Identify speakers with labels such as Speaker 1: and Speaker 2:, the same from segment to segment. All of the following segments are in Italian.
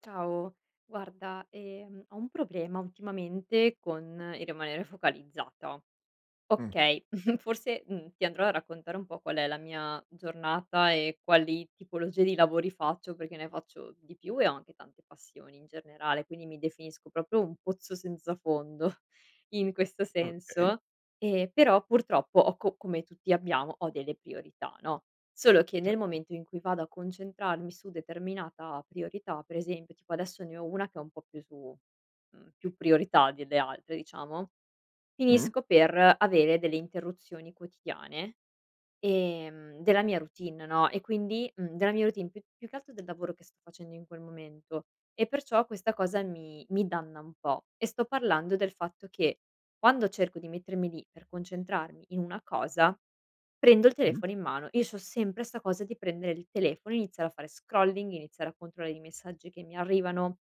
Speaker 1: Ciao, guarda, ho un problema ultimamente con il rimanere focalizzata.
Speaker 2: Mh,
Speaker 1: Okay, forse, ti andrò a raccontare un po' qual è la mia giornata e quali tipologie di lavori faccio, perché ne faccio di più e ho anche tante passioni in generale, quindi mi definisco proprio un pozzo senza fondo in questo
Speaker 2: okay.
Speaker 1: senso. Però purtroppo ho co come tutti abbiamo, ho delle priorità, no, solo che nel momento in cui vado a concentrarmi su determinata priorità, per esempio tipo adesso ne ho una che è un po' più su più priorità delle altre, diciamo.
Speaker 2: Mh,
Speaker 1: Finisco per avere delle interruzioni quotidiane, della mia routine, no, e quindi della mia routine, più che altro del lavoro che sto facendo in quel momento, e perciò questa cosa mi danna un po'. E sto parlando del fatto che quando cerco di mettermi lì per concentrarmi in una cosa, prendo il
Speaker 2: mh,
Speaker 1: telefono in mano. Io c'ho sempre 'sta cosa di prendere il telefono, iniziare a fare scrolling, iniziare a controllare i messaggi che mi arrivano.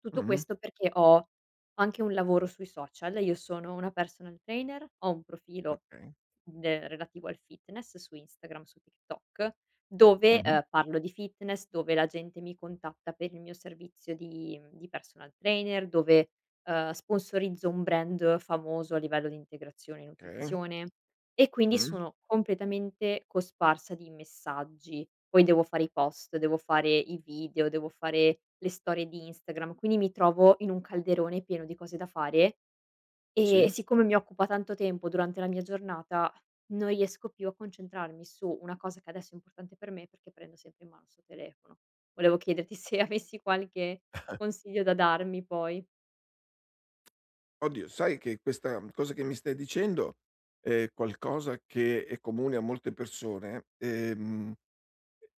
Speaker 1: Tutto
Speaker 2: mh,
Speaker 1: questo perché ho anche un lavoro sui social, io sono una personal trainer, ho un profilo
Speaker 2: okay.
Speaker 1: De relativo al fitness su Instagram, su TikTok, dove,
Speaker 2: Mh-mh,
Speaker 1: parlo di fitness, dove la gente mi contatta per il mio servizio di di personal trainer, dove, sponsorizzo un brand famoso a livello di integrazione e
Speaker 2: okay.
Speaker 1: nutrizione, e quindi
Speaker 2: Mh,
Speaker 1: sono completamente cosparsa di messaggi. Poi devo fare i post, devo fare i video, devo fare le storie di Instagram, quindi mi trovo in un calderone pieno di cose da fare, e
Speaker 2: sì.
Speaker 1: siccome mi occupa tanto tempo durante la mia giornata, non riesco più a concentrarmi su una cosa che adesso è importante per me, perché prendo sempre in mano sto telefono. Volevo chiederti se avessi qualche consiglio da darmi poi.
Speaker 2: Oddio, sai che questa cosa che mi stai dicendo è qualcosa che è comune a molte persone.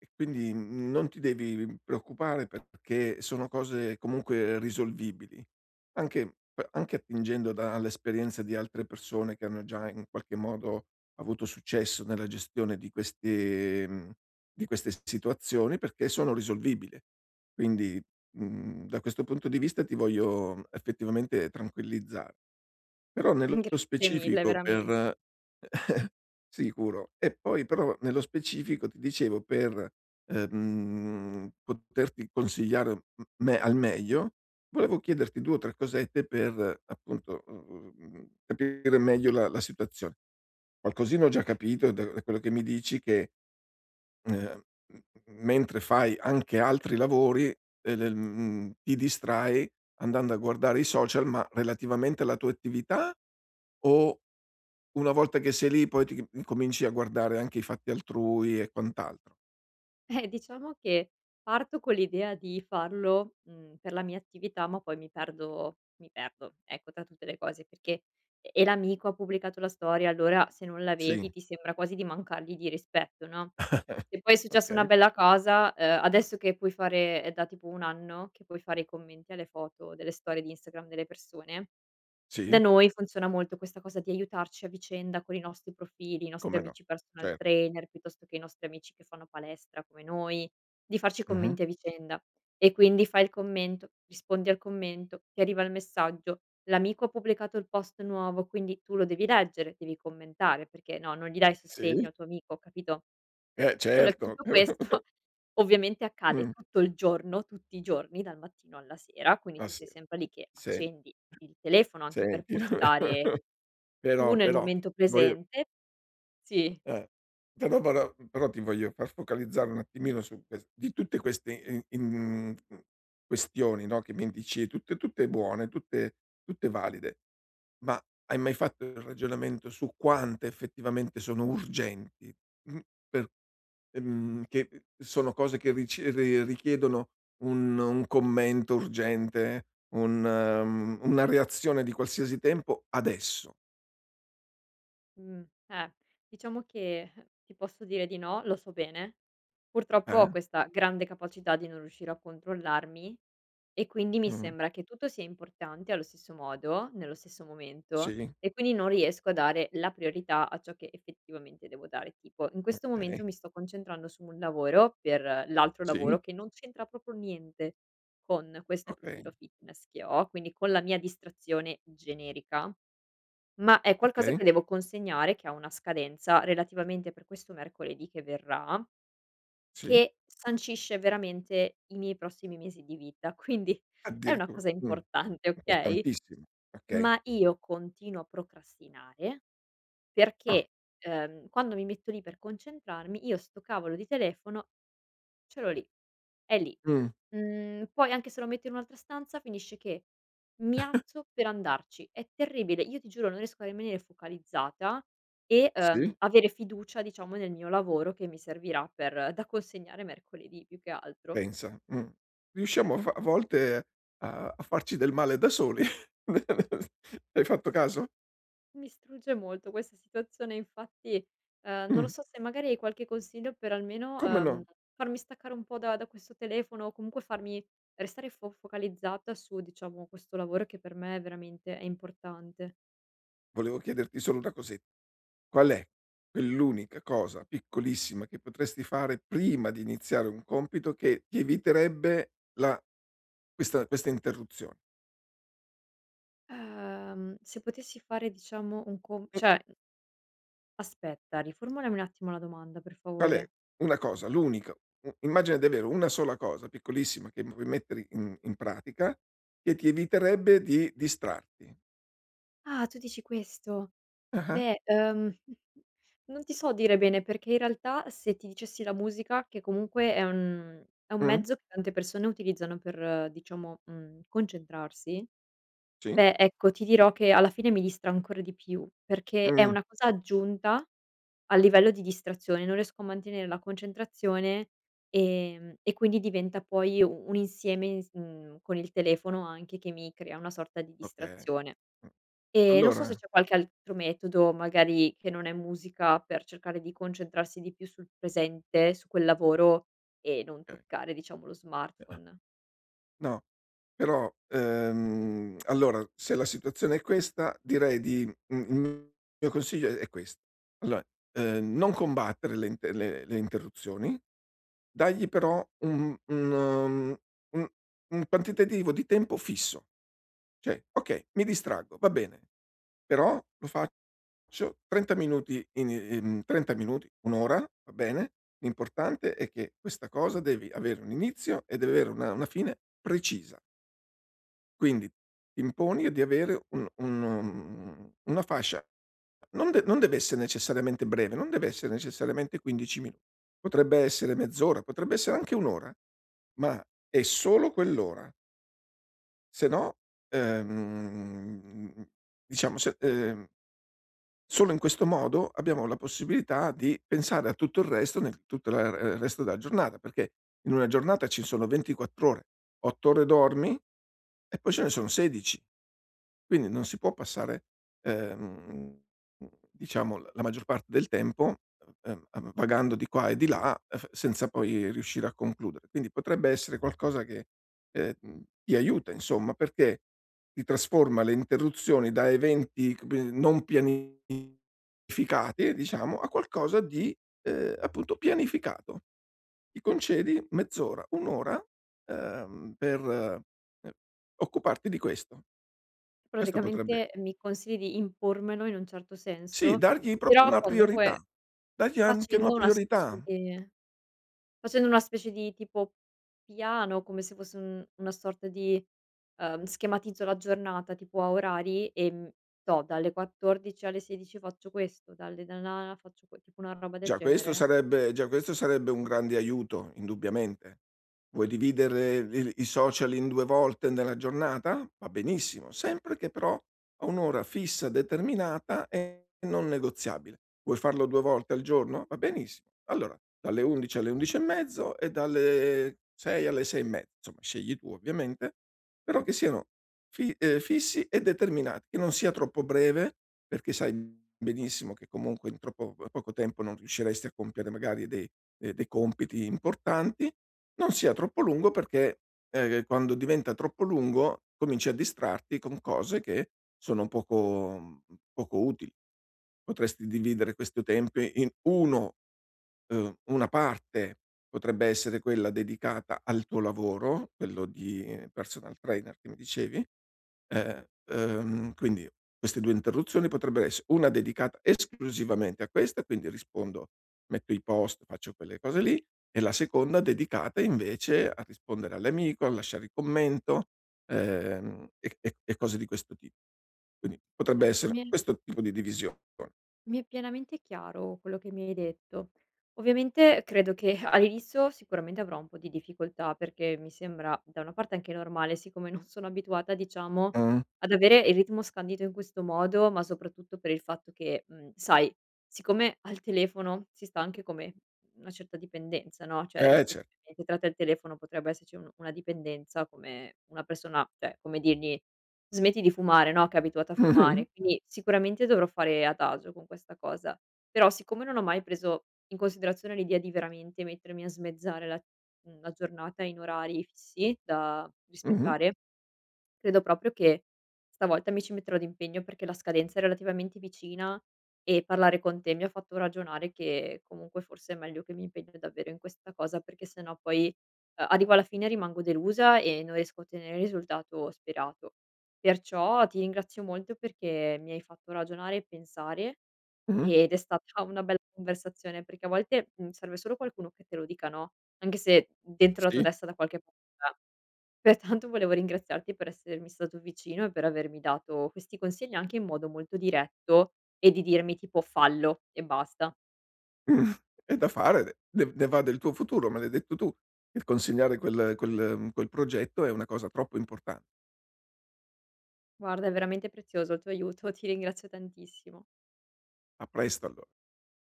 Speaker 2: E quindi non ti devi preoccupare perché sono cose comunque risolvibili, anche anche attingendo dall'esperienza di altre persone che hanno già in qualche modo avuto successo nella gestione di di queste situazioni perché sono risolvibili. Quindi, da questo punto di vista ti voglio effettivamente tranquillizzare. Però nello
Speaker 1: Grazie mille,
Speaker 2: specifico
Speaker 1: veramente.
Speaker 2: per Sicuro. E poi però nello specifico ti dicevo per, poterti consigliare m me al meglio. Volevo chiederti 2 o 3 cosette per appunto, capire meglio la situazione. Qualcosina ho già capito da quello che mi dici che, ehm, m mentre fai anche altri lavori, ti distrai andando a guardare i social, ma relativamente alla tua attività, o una volta che sei lì poi ti incominci a guardare anche i fatti altrui e quant'altro.
Speaker 1: Diciamo che parto con l'idea di farlo, per la mia attività, ma poi mi perdo, ecco, tra tutte le cose, perché e l'amico ha pubblicato la storia, allora se non la
Speaker 2: Sì,
Speaker 1: vedi ti sembra quasi di mancargli di rispetto, no, se poi è successa una
Speaker 2: okay,
Speaker 1: bella cosa, adesso che puoi fare è da tipo 1 anno che puoi fare i commenti alle foto delle storie di Instagram delle persone, da
Speaker 2: sì,
Speaker 1: noi funziona molto questa cosa di aiutarci a vicenda con i nostri profili, i nostri
Speaker 2: come no,
Speaker 1: amici personal
Speaker 2: cer
Speaker 1: trainer, piuttosto che i nostri amici che fanno palestra come noi, di farci
Speaker 2: mh-mh,
Speaker 1: commenti a vicenda. E quindi fai il commento, rispondi al commento, ti arriva il messaggio, l'amico ha pubblicato il post nuovo, quindi tu lo devi leggere, devi commentare, perché no, non gli dai sostegno
Speaker 2: sì,
Speaker 1: al tuo amico, capito?
Speaker 2: eh
Speaker 1: Solo che
Speaker 2: certo.
Speaker 1: tutto questo ovviamente accade
Speaker 2: Mh,
Speaker 1: tutto il giorno, tutti i giorni, dal mattino alla sera, quindi
Speaker 2: ma
Speaker 1: tu sei
Speaker 2: sì,
Speaker 1: sempre lì che
Speaker 2: sen
Speaker 1: accendi il telefono anche per
Speaker 2: senti,
Speaker 1: postare tu
Speaker 2: però
Speaker 1: nel
Speaker 2: però
Speaker 1: momento
Speaker 2: voglio
Speaker 1: presente. Sì,
Speaker 2: eh, però però però ti voglio far focalizzare un attimino su ques di tutte queste questioni, no, che mi dici tutte buone, tutte valide. Ma hai mai fatto il ragionamento su quante effettivamente sono urgenti? Mhmm, per che sono cose che rici ri richiedono un commento urgente, una reazione di qualsiasi tempo adesso,
Speaker 1: mh, eh, diciamo che ti posso dire di no, lo so bene. Purtroppo ho
Speaker 2: eh?
Speaker 1: questa grande capacità di non riuscire a controllarmi, e quindi mi
Speaker 2: Mh.
Speaker 1: sembra che tutto sia importante allo stesso modo, nello stesso momento,
Speaker 2: Sì,
Speaker 1: e quindi non riesco a dare la priorità a ciò che effettivamente devo dare. Tipo, in questo
Speaker 2: okay.
Speaker 1: momento mi sto concentrando su un lavoro per l'altro
Speaker 2: Sì,
Speaker 1: lavoro che non c'entra proprio niente con questo
Speaker 2: okay,
Speaker 1: profilo fitness che ho, quindi con la mia distrazione generica, ma è qualcosa
Speaker 2: okay,
Speaker 1: che devo consegnare, che ha una scadenza relativamente per questo mercoledì che verrà,
Speaker 2: sì.
Speaker 1: che sancisce veramente i miei prossimi mesi di vita, quindi è una
Speaker 2: Addirittura.
Speaker 1: cosa importante, okay,
Speaker 2: Importantissimo. Okay.
Speaker 1: ma io continuo a procrastinare
Speaker 2: Ah.
Speaker 1: perché, quando mi metto lì per concentrarmi io sto cavolo di telefono ce l'ho lì, è lì.
Speaker 2: Mh.
Speaker 1: Poi anche se lo metto in un'altra stanza finisce che mi alzo per andarci. È terribile, io ti giuro non riesco a rimanere focalizzata e,
Speaker 2: Sì.
Speaker 1: avere fiducia, diciamo, nel mio lavoro che mi servirà per da consegnare mercoledì più che altro.
Speaker 2: Pensa. Riusciamo a volte a farci del male da soli. Hai fatto caso?
Speaker 1: Mi strugge molto questa situazione, infatti, non lo
Speaker 2: Mh,
Speaker 1: so se magari hai qualche consiglio per almeno,
Speaker 2: come no.
Speaker 1: farmi staccare un po' da questo telefono, o comunque farmi restare fo focalizzata su, diciamo, questo lavoro che per me è veramente è importante.
Speaker 2: Volevo chiederti solo una cose, qual è quell'unica cosa piccolissima che potresti fare prima di iniziare un compito che ti eviterebbe la questa questa interruzione?
Speaker 1: Se potessi fare, diciamo, un com
Speaker 2: Mh,
Speaker 1: cioè aspetta, riformulami un attimo la domanda per
Speaker 2: qual è
Speaker 1: favore.
Speaker 2: una cosa, l'unica, u immagina di avere una sola cosa piccolissima che puoi mettere in pratica, che ti eviterebbe di distrarti.
Speaker 1: Ah, tu dici questo?
Speaker 2: Ah-ah.
Speaker 1: Beh, non ti so dire bene, perché in realtà se ti dicessi la musica, che comunque è un
Speaker 2: Mh.
Speaker 1: mezzo che tante persone utilizzano per, diciamo, concentrarsi,
Speaker 2: Sì?
Speaker 1: beh, ecco, ti dirò che alla fine mi distrae ancora di più, perché è
Speaker 2: Mh,
Speaker 1: una cosa aggiunta a livello di distrazione, non riesco a mantenere la concentrazione, e quindi diventa poi u un insieme, con il telefono anche, che mi crea una sorta di
Speaker 2: okay.
Speaker 1: distrazione.
Speaker 2: Mh.
Speaker 1: Non so se
Speaker 2: Allora.
Speaker 1: c'è qualche altro metodo, magari che non è musica, per cercare di concentrarsi di più sul presente, su quel lavoro, e non
Speaker 2: Okay.
Speaker 1: toccare, diciamo, lo smartphone.
Speaker 2: No, però, allora se la situazione è questa, direi il mio consiglio è questo. Allora, non combattere le interruzioni. Dagli però Un un quantitativo di tempo fisso. Cioè: "Okay, mi distraggo, va bene, però lo faccio 30 minuti, in 30 minuti, 1 ora, va bene, l'importante è che questa cosa devi avere un inizio e deve avere una fine precisa". Quindi ti imponi di avere un una fascia. Non deve essere necessariamente breve, non deve essere necessariamente 15 minu potrebbe essere mezz'ora, potrebbe essere anche 1 ora, ma è solo quell'ora. Se no, ehm, diciamo se solo in questo modo abbiamo la possibilità di pensare a tutto il resto nel tutto la il resto della giornata, perché in una giornata ci sono 24 ore, 8 ore dormi e poi ce ne sono 16. Quindi non si può passare, ehm, diciamo l la maggior parte del tempo, vagando di qua e di là, f senza poi riuscire a concludere. Quindi potrebbe essere qualcosa che ti aiuta, insomma, perché ti trasforma le interruzioni da eventi come non pianificati, diciamo, a qualcosa di, appunto, pianificato. Ti concedi mezz'ora, 1 ora, per, occuparti di questo. Questo potrebbe,
Speaker 1: Praticamente mi consigli di impormelo, in un certo
Speaker 2: sì,
Speaker 1: senso,
Speaker 2: dargli proprio
Speaker 1: però
Speaker 2: una priorità.
Speaker 1: comunque
Speaker 2: Dargli anche una
Speaker 1: facendo una specie
Speaker 2: priorità.
Speaker 1: di facendo una specie di tipo piano, come se fosse un una sorta di schematizzo la giornata tipo a orari e, so, dalle 14 alle 16 faccio questo, dalle da na na faccio que tipo una roba del genere.
Speaker 2: Già questo sarebbe un grande aiuto, indubbiamente. Vuoi dividere il i social in 2 volte nella giornata? Va benissimo, sempre che però a un'ora fissa, determinata e non negoziabile. Vuoi farlo 2 volte al giorno? Va benissimo. Allora, dalle 11 alle 11 e mezzo e dalle 6 alle 6 e mezzo, insomma scegli tu ovviamente, però che siano fi fissi e determinati, che non sia troppo breve, perché sai benissimo che comunque in troppo poco tempo non riusciresti a compiere magari dei compiti importanti, non sia troppo lungo perché, quando diventa troppo lungo cominci a distrarti con cose che sono poco utili. Potresti dividere questo tempo in 1 una parte potrebbe essere quella dedicata al tuo lavoro, quello di personal trainer, che mi dicevi. Quindi queste 2 interruzioni potrebbero ess una dedicata esclusivamente a questa, quindi rispondo, metto i post, faccio quelle cose lì, e la seconda dedicata invece a rispondere all'amico, a lasciare il commento, e cose di questo tipo. Quindi potrebbe
Speaker 1: Certo,
Speaker 2: essere questo tipo di divisione.
Speaker 1: Mi è pienamente chiaro quello che mi hai detto. Ovviamente credo che all'inizio sicuramente avrò un po' di difficoltà, perché mi sembra da una parte anche normale, siccome non sono abituata, diciamo,
Speaker 2: Mh.
Speaker 1: ad avere il ritmo scandito in questo modo, ma soprattutto per il fatto che, sai, siccome al telefono si sta anche come una certa dipendenza, no, cioè
Speaker 2: Eh, cer
Speaker 1: rispettivamente tra te e il telefono potrebbe esserci un una dipendenza come una persona, cioè come dirgli: "Smetti di fumare", no, che è abituata a
Speaker 2: mh-mh,
Speaker 1: fumare, quindi sicuramente dovrò fare adagio con questa cosa. Però siccome non ho mai preso in considerazione l'idea di veramente mettermi a smezzare la la giornata in orari fissi da
Speaker 2: mh-mh,
Speaker 1: rispettare, credo proprio che stavolta mi ci metterò d'impegno, perché la scadenza è relativamente vicina, e parlare con te mi ha fatto ragionare che comunque forse è meglio che mi impegno davvero in questa cosa, perché sennò poi, arrivo alla fine e rimango delusa e non riesco a ottenere il risultato sperato. Perciò ti ringrazio molto, perché mi hai fatto ragionare e pensare,
Speaker 2: mh-mh.
Speaker 1: ed è stata una bella conversazione, perché a volte, serve solo qualcuno che te lo dica, no, anche se dentro la tua
Speaker 2: Sì,
Speaker 1: testa da qualche parte. Pertanto volevo ringraziarti per essermi stato vicino e per avermi dato questi consigli anche in modo molto diretto, e di dirmi tipo: "Fallo e basta".
Speaker 2: è da fare, ne va del tuo futuro, me l'hai detto tu. Il consegnare quel progetto è una cosa troppo importan.
Speaker 1: Guarda, è veramente prezioso il tuo aiuto, ti ringrazio tantissimo.
Speaker 2: A presto allora.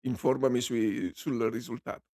Speaker 2: Informami sui sul risultato.